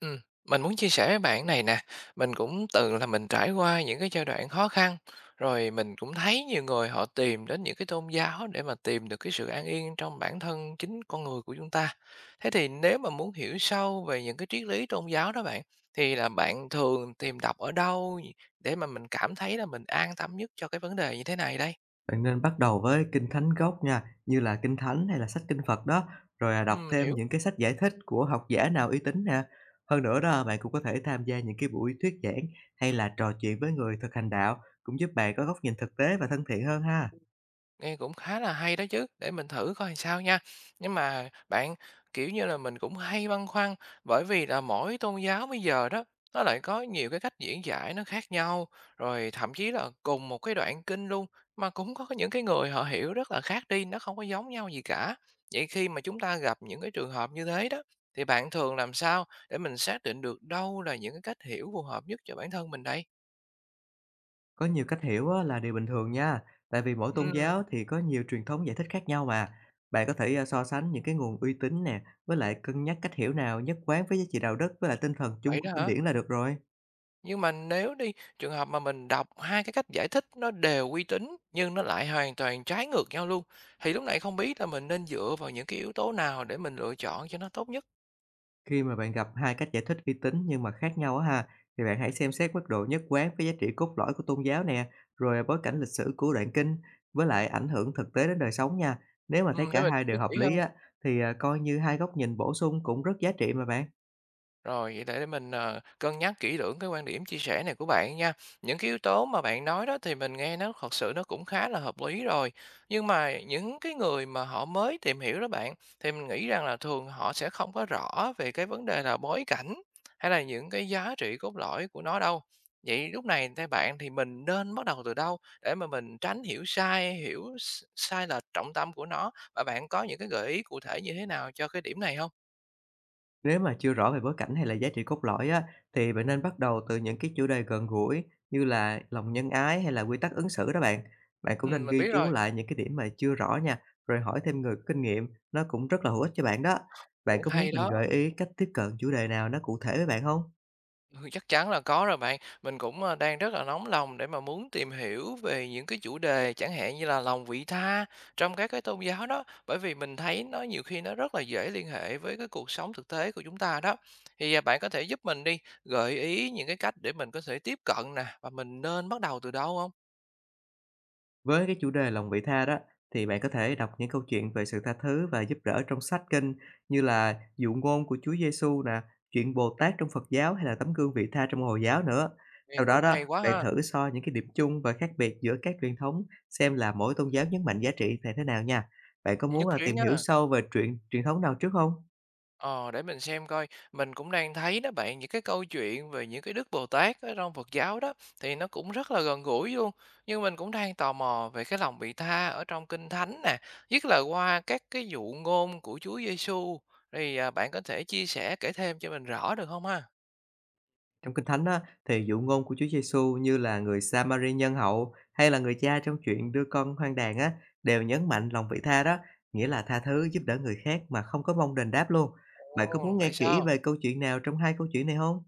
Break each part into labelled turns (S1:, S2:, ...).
S1: Ừm, mình muốn chia sẻ với bạn này nè, mình cũng từng là mình trải qua những cái giai đoạn khó khăn, rồi mình cũng thấy nhiều người họ tìm đến những cái tôn giáo để mà tìm được cái sự an yên trong bản thân chính con người của chúng ta. Thế thì nếu mà muốn hiểu sâu về những cái triết lý tôn giáo đó bạn, thì là bạn thường tìm đọc ở đâu để mà mình cảm thấy là mình an tâm nhất cho cái vấn đề như thế này đây?
S2: Bạn nên bắt đầu với kinh thánh gốc nha, như là kinh thánh hay là sách kinh Phật đó, rồi, đọc
S1: Mình
S2: thêm
S1: hiểu.
S2: những cái sách giải thích của học giả nào uy tín nè. Hơn nữa đó, bạn cũng có thể tham gia những cái buổi thuyết giảng hay là trò chuyện với người thực hành đạo, cũng giúp bạn có góc nhìn thực tế và thân thiện hơn ha.
S1: Nghe cũng khá là hay đó chứ, để mình thử coi sao nha. Nhưng mà bạn, kiểu như là, mình cũng hay băn khoăn, bởi vì là mỗi tôn giáo bây giờ đó, nó lại có nhiều cái cách diễn giải nó khác nhau, rồi thậm chí là cùng một cái đoạn kinh luôn, mà cũng có những cái người họ hiểu rất là khác đi, nó không có giống nhau gì cả. Vậy khi mà chúng ta gặp những cái trường hợp như thế đó, thì bạn thường làm sao để mình xác định được đâu là những cái cách hiểu phù hợp nhất cho bản thân mình đây?
S2: Có nhiều cách hiểu á là điều bình thường nha, tại vì mỗi tôn
S1: Ừm,
S2: giáo thì có nhiều truyền thống giải thích khác nhau mà. Bạn có thể, so sánh những cái nguồn uy tín nè, với lại cân nhắc cách hiểu nào nhất quán với giá trị đạo đức với lại tinh thần chung
S1: vậy
S2: của
S1: đó
S2: kinh
S1: hả?
S2: điển là được rồi.
S1: Nhưng mà nếu đi, trường hợp mà mình đọc hai cái cách giải thích nó đều uy tín nhưng nó lại hoàn toàn trái ngược nhau luôn, thì lúc này không biết là mình nên dựa vào những cái yếu tố nào để mình lựa chọn cho nó tốt nhất?
S2: Khi mà bạn gặp hai cách giải thích uy tín nhưng mà khác nhau á ha, thì bạn hãy xem xét mức độ nhất quán với giá trị cốt lõi của tôn giáo nè, rồi bối cảnh lịch sử của đoạn kinh, với lại ảnh hưởng thực tế đến đời sống nha. Nếu mà thấy
S1: Để
S2: cả
S1: mình
S2: hai đều
S1: biết
S2: hợp
S1: kỹ hơn.
S2: lý á, thì coi như hai góc nhìn bổ sung cũng rất giá trị mà bạn.
S1: Rồi, vậy để mình, cân nhắc kỹ lưỡng cái quan điểm chia sẻ này của bạn nha. Những cái yếu tố mà bạn nói đó thì mình nghe nó thật sự nó cũng khá là hợp lý rồi. Nhưng mà những cái người mà họ mới tìm hiểu đó bạn, thì mình nghĩ rằng là thường họ sẽ không có rõ về cái vấn đề là bối cảnh, hay là những cái giá trị cốt lõi của nó đâu. Vậy lúc này theo bạn thì mình nên bắt đầu từ đâu để mà mình tránh hiểu sai, hiểu s sai lệch trọng tâm của nó? Và bạn có những cái gợi ý cụ thể như thế nào cho cái điểm này không?
S2: Nếu mà chưa rõ về bối cảnh hay là giá trị cốt lõi á, thì bạn nên bắt đầu từ những cái chủ đề gần gũi như là lòng nhân ái hay là quy tắc ứng xử đó bạn. Bạn cũng nên
S1: Mình
S2: ghi
S1: biết
S2: chú
S1: rồi,
S2: lại những cái điểm mà chưa rõ nha, rồi hỏi thêm người có kinh nghiệm, nó cũng rất là hữu ích cho bạn đó. Bạn
S1: cũng
S2: có muốn
S1: hay
S2: mình
S1: đó.
S2: gợi ý cách tiếp cận chủ đề nào nó cụ thể với bạn không?
S1: Ừ, chắc chắn là có rồi bạn. Mình cũng, đang rất là nóng lòng để mà muốn tìm hiểu về những cái chủ đề chẳng hạn như là lòng vị tha trong các cái tôn giáo đó, bởi vì mình thấy nó nhiều khi nó rất là dễ liên hệ với cái cuộc sống thực tế của chúng ta đó. Thì, bạn có thể giúp mình đi, gợi ý những cái cách để mình có thể tiếp cận nè, và mình nên bắt đầu từ đâu không?
S2: Với cái chủ đề lòng vị tha đó, thì bạn có thể đọc những câu chuyện về sự tha thứ và giúp đỡ trong sách kinh như là Dụ ngôn của Chúa Giêsu nè, chuyện Bồ Tát trong Phật giáo hay là tấm gương vị tha trong Hồi giáo nữa.
S1: Nghe
S2: Sau đó
S1: cũng
S2: đó,
S1: hay quá
S2: bạn
S1: ha,
S2: thử so những cái điểm chung và khác biệt giữa các truyền thống xem là mỗi tôn giáo nhấn mạnh giá trị thế thế nào nha. Bạn có muốn
S1: nhất
S2: là
S1: trí
S2: tìm hiểu
S1: nha.
S2: sâu về truyện truyền thống nào trước không?
S1: Ờ, để mình xem coi, mình cũng đang thấy đó bạn, những cái câu chuyện về những cái Đức Bồ Tát ở trong Phật giáo đó thì nó cũng rất là gần gũi luôn. Nhưng mình cũng đang tò mò về cái lòng vị tha ở trong Kinh Thánh nè, nhất là qua các cái dụ ngôn của Chúa Giêsu. Thì bạn có thể chia sẻ kể thêm cho mình rõ được không ha?
S2: Trong Kinh Thánh á, thì dụ ngôn của Chúa Giêsu như là người sa nhân hậu hay là người cha trong chuyện đưa con hoang đàn á, đều nhấn mạnh lòng vị tha đó, nghĩa là tha thứ giúp đỡ người khác mà không có mong đền đáp luôn. Bạn có
S1: Ồ,
S2: muốn nghe
S1: vậy
S2: kỹ
S1: sao?
S2: về câu chuyện nào trong hai câu chuyện này không?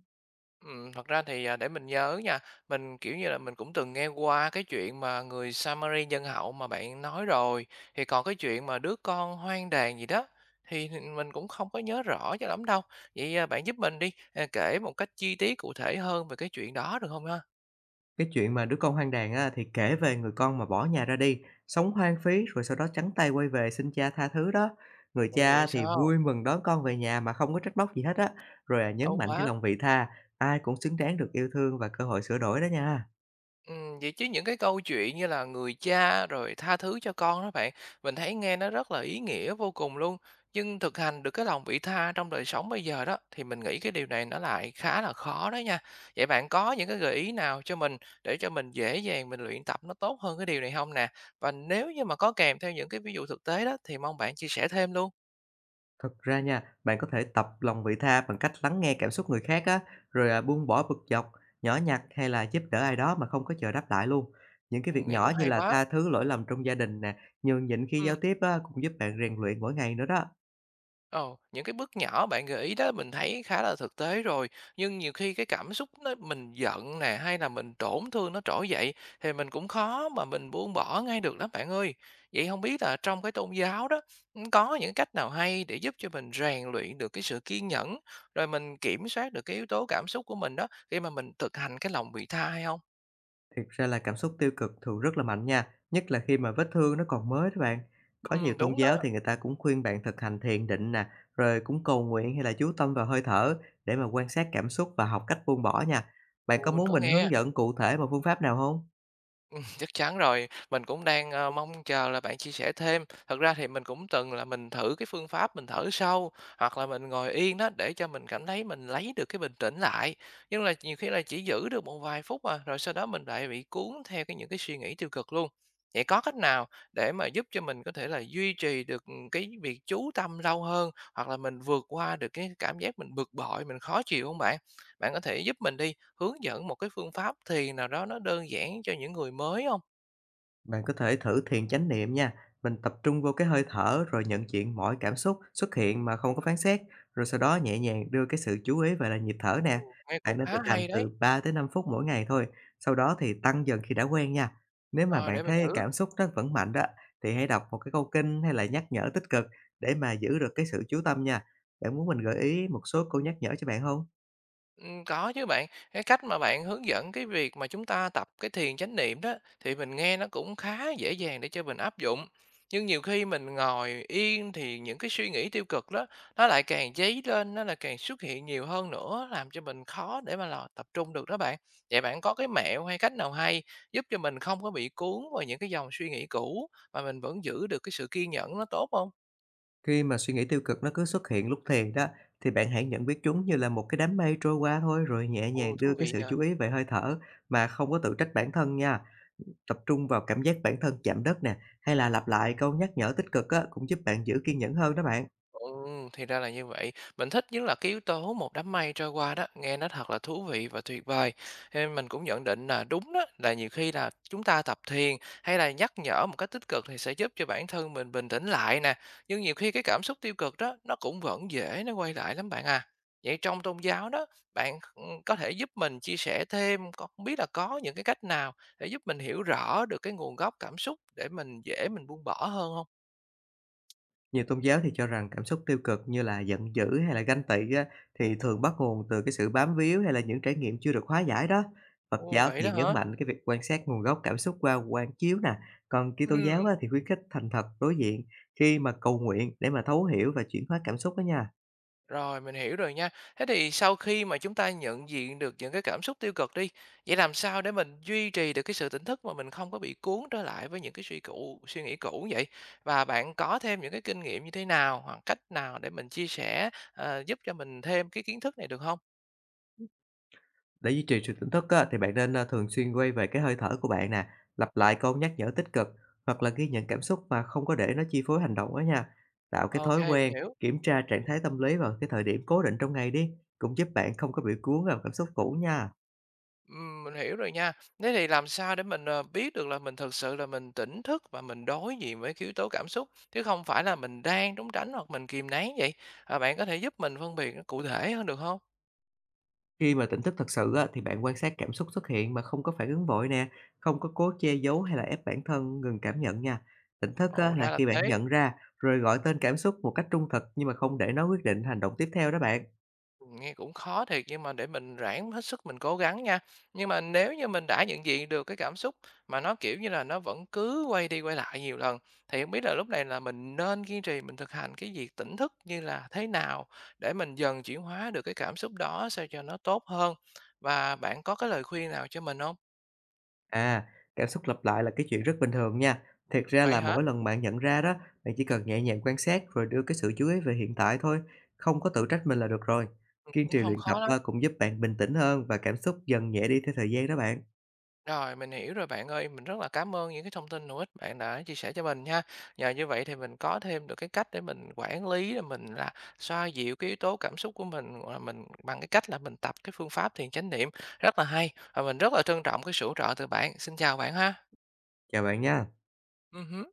S1: Thật ra thì, để mình nhớ nha, mình, kiểu như là, mình cũng từng nghe qua cái chuyện mà người Samari nhân hậu mà bạn nói rồi, thì còn cái chuyện mà đứa con hoang đàn gì đó thì mình cũng không có nhớ rõ cho lắm đâu. Vậy, bạn giúp mình đi, kể một cách chi tiết cụ thể hơn về cái chuyện đó được không ha?
S2: Cái chuyện mà đứa con hoang đàn á, thì kể về người con mà bỏ nhà ra đi, sống hoang phí rồi sau đó trắng tay quay về xin cha tha thứ đó. Người
S1: Ồ,
S2: cha
S1: vậy
S2: á, thì
S1: sao?
S2: vui mừng đón con về nhà mà không có trách móc gì hết á, rồi, nhấn
S1: Tốt
S2: mạnh cái
S1: quá!
S2: lòng vị tha, ai cũng xứng đáng được yêu thương và cơ hội sửa đổi đó nha.
S1: Vậy chứ những cái câu chuyện như là "Người cha" rồi "Tha thứ cho con" đó bạn, mình thấy nghe nó rất là ý nghĩa vô cùng luôn. Nhưng thực hành được cái lòng vị tha trong đời sống bây giờ đó, thì mình nghĩ cái điều này nó lại khá là khó đó nha. Vậy bạn có những cái gợi ý nào cho mình để cho mình dễ dàng mình luyện tập nó tốt hơn cái điều này không nè? Và nếu như mà có kèm theo những cái ví dụ thực tế đó, thì mong bạn chia sẻ thêm luôn.
S2: Thật ra nha, bạn có thể tập lòng vị tha bằng cách lắng nghe cảm xúc người khác á, rồi buông bỏ bực dọc, nhỏ nhặt hay là giúp đỡ ai đó mà không có chờ đáp lại luôn. Những cái
S1: Ồ,
S2: việc
S1: nghe
S2: nhỏ
S1: cũng
S2: như
S1: hay
S2: là
S1: quá!
S2: tha thứ lỗi lầm trong gia đình nè, nhường nhịn khi giao tiếp á, cũng giúp bạn rèn luyện mỗi ngày nữa đó.
S1: Ồ, những cái bước nhỏ bạn gợi ý đó mình thấy khá là thực tế rồi, nhưng nhiều khi cái cảm xúc nó mình giận nè hay là mình tổn thương nó trỗi dậy thì mình cũng khó mà mình buông bỏ ngay được lắm bạn ơi. Vậy không biết là trong cái tôn giáo đó có những cách nào hay để giúp cho mình rèn luyện được cái sự kiên nhẫn rồi mình kiểm soát được cái yếu tố cảm xúc của mình đó khi mà mình thực hành cái lòng vị tha hay không?
S2: Thực ra là cảm xúc tiêu cực thường rất là mạnh nha, nhất là khi mà vết thương nó còn mới đó bạn. Có
S1: Ừ,
S2: nhiều tôn
S1: đúng đó.
S2: giáo thì người ta cũng khuyên bạn thực hành thiền định nè, rồi cũng cầu nguyện hay là chú tâm vào hơi thở để mà quan sát cảm xúc và học cách buông bỏ nha. Bạn
S1: Ừ,
S2: có
S1: mình
S2: muốn
S1: có
S2: mình
S1: nghe.
S2: hướng dẫn cụ thể một phương pháp nào không?
S1: Chắc chắn rồi. Mình cũng đang, mong chờ là bạn chia sẻ thêm. Thật ra thì mình cũng từng là mình thử cái phương pháp mình thở sâu, hoặc là mình ngồi yên đó để cho mình cảm thấy mình lấy được cái bình tĩnh lại. Nhưng là nhiều khi là chỉ giữ được một vài phút mà rồi sau đó mình lại bị cuốn theo những cái suy nghĩ tiêu cực luôn. Vậy có cách nào để mà giúp cho mình có thể là duy trì được, cái việc chú tâm lâu hơn, hoặc là mình vượt qua được cái cảm giác mình bực bội, mình khó chịu không bạn? Bạn có thể giúp mình đi, hướng dẫn một cái phương pháp thiền nào đó nó đơn giản cho những người mới không?
S2: Bạn có thể thử thiền chánh niệm nha. Mình tập trung vô cái hơi thở rồi nhận diện mọi cảm xúc xuất hiện mà không có phán xét, rồi sau đó nhẹ nhàng đưa cái sự chú ý về là nhịp thở nè.
S1: Ồ. Nghe
S2: Bạn
S1: cũng
S2: nên
S1: khá
S2: thực hành
S1: hay
S2: từ
S1: đấy,
S2: 3 tới 5 phút mỗi ngày thôi, sau đó thì tăng dần khi đã quen nha. Nếu mà
S1: ờ,
S2: bạn
S1: để mình
S2: thấy
S1: thử.
S2: cảm xúc nó vẫn mạnh đó, thì hãy đọc một cái câu kinh hay là nhắc nhở tích cực để mà giữ được cái sự chú tâm nha. Bạn muốn mình gợi ý một số câu nhắc nhở cho bạn không?
S1: Có chứ bạn. Cái cách mà bạn hướng dẫn cái việc mà chúng ta tập cái thiền chánh niệm đó, thì mình nghe nó cũng khá dễ dàng để cho mình áp dụng. Nhưng nhiều khi mình ngồi yên thì những cái suy nghĩ tiêu cực đó, nó lại càng dấy lên, nó lại càng xuất hiện nhiều hơn nữa, làm cho mình khó để mà là tập trung được đó bạn. Vậy bạn có cái mẹo hay cách nào hay giúp cho mình không có bị cuốn vào những cái dòng suy nghĩ cũ, mà mình vẫn giữ được cái sự kiên nhẫn nó tốt không?
S2: Khi mà suy nghĩ tiêu cực nó cứ xuất hiện lúc thì đó, thì bạn hãy nhận biết chúng như là một cái đám mây trôi qua thôi, rồi nhẹ nhàng
S1: Ồ,
S2: đưa
S1: thú
S2: cái
S1: vị
S2: sự
S1: nhỉ!
S2: chú ý về hơi thở mà không có tự trách bản thân nha. Tập trung vào cảm giác bản thân chạm đất nè, hay là lặp lại câu nhắc nhở tích cực á, cũng giúp bạn giữ kiên nhẫn hơn đó bạn.
S1: Thì ra là như vậy. Mình thích nhất là cái yếu tố một đám mây trôi qua đó, nghe nó thật là thú vị và tuyệt vời. Ê, mình cũng nhận định là đúng đó, là nhiều khi là chúng ta tập thiền hay là nhắc nhở một cách tích cực thì sẽ giúp cho bản thân mình bình tĩnh lại nè. Nhưng nhiều khi cái cảm xúc tiêu cực đó nó cũng vẫn dễ nó quay lại lắm bạn à. Vậy trong tôn giáo đó, có thể giúp mình chia sẻ thêm, không biết là có những cái cách nào để giúp mình hiểu rõ được cái nguồn gốc cảm xúc để mình dễ mình buông bỏ hơn không?
S2: Nhiều tôn giáo thì cho rằng cảm xúc tiêu cực như là giận dữ hay là ganh tị á, thì thường bắt nguồn từ cái sự bám víu hay là những trải nghiệm chưa được hóa giải đó. Phật
S1: Ồ,
S2: giáo
S1: vậy
S2: thì
S1: đó
S2: nhấn
S1: hả?
S2: mạnh cái việc quan sát nguồn gốc cảm xúc qua quan chiếu nè, còn Kitô giáo
S1: Ừ.
S2: á, thì khuyến khích thành thật đối diện khi mà cầu nguyện để mà thấu hiểu và chuyển hóa cảm xúc đó nha.
S1: Rồi, mình hiểu rồi nha. Thế thì sau khi mà chúng ta nhận diện được những cái cảm xúc tiêu cực đi, vậy làm sao để mình duy trì được cái sự tỉnh thức mà mình không có bị cuốn trở lại với những suy nghĩ cũ vậy? Và bạn có thêm những cái kinh nghiệm như thế nào hoặc cách nào để mình chia sẻ giúp cho mình thêm cái kiến thức này được không?
S2: Để duy trì sự tỉnh thức á, thì bạn nên thường xuyên quay về cái hơi thở của bạn nè, lặp lại câu nhắc nhở tích cực hoặc là ghi nhận cảm xúc mà không có để nó chi phối hành động đó nha. Tạo cái
S1: Ok,
S2: thói
S1: mình
S2: quen,
S1: hiểu.
S2: kiểm tra trạng thái tâm lý vào cái thời điểm cố định trong ngày đi, cũng giúp bạn không có bị cuốn vào cảm xúc cũ nha.
S1: Mình hiểu rồi nha. Thế thì làm sao để mình, biết được là mình thực sự là mình tỉnh thức và mình đối diện với cái yếu tố cảm xúc, chứ không phải là mình đang trốn tránh hoặc mình kìm nén vậy? Bạn có thể giúp mình phân biệt nó cụ thể hơn được không?
S2: Khi mà tỉnh thức thật sự á, thì bạn quan sát cảm xúc xuất hiện mà không có phản ứng vội nè, không có cố che giấu hay là ép bản thân ngừng cảm nhận nha. Tỉnh thức á,
S1: Ồ,
S2: là
S1: ra là
S2: khi bạn
S1: thế.
S2: nhận ra rồi gọi tên cảm xúc một cách trung thực nhưng mà không để nó quyết định hành động tiếp theo đó bạn.
S1: Nghe cũng khó thiệt nhưng mà để mình ráng hết sức mình cố gắng nha. Nhưng mà nếu như mình đã nhận diện được cái cảm xúc mà nó, kiểu như là, nó vẫn cứ quay đi quay lại nhiều lần, thì không biết là lúc này là mình nên kiên trì mình thực hành cái việc tỉnh thức như là thế nào để mình dần chuyển hóa được cái cảm xúc đó sao cho nó tốt hơn? Và bạn có cái lời khuyên nào cho mình không?
S2: À, cảm xúc lặp lại là cái chuyện rất bình thường nha. Thiệt ra
S1: Vậy
S2: là
S1: hả?
S2: mỗi lần bạn nhận ra đó, bạn chỉ cần nhẹ nhàng quan sát rồi đưa cái sự chú ý về hiện tại thôi, không có tự trách mình là được rồi. Kiên
S1: Cũng
S2: trì
S1: không
S2: luyện tập
S1: khó lắm.
S2: à, cũng giúp bạn bình tĩnh hơn và cảm xúc dần nhẹ đi theo thời gian đó bạn.
S1: Rồi, mình hiểu rồi bạn ơi, mình rất là cảm ơn những cái thông tin hữu ích bạn đã chia sẻ cho mình nha. Nhờ như vậy thì mình có thêm được cái cách để mình quản lý, là mình là xoa dịu cái yếu tố cảm xúc của mình, mình bằng cái cách là mình tập cái phương pháp thiền chánh niệm, rất là hay, và mình rất là trân trọng cái sự hỗ trợ từ bạn. Xin chào bạn ha.
S2: Chào bạn nha.
S1: Hứm.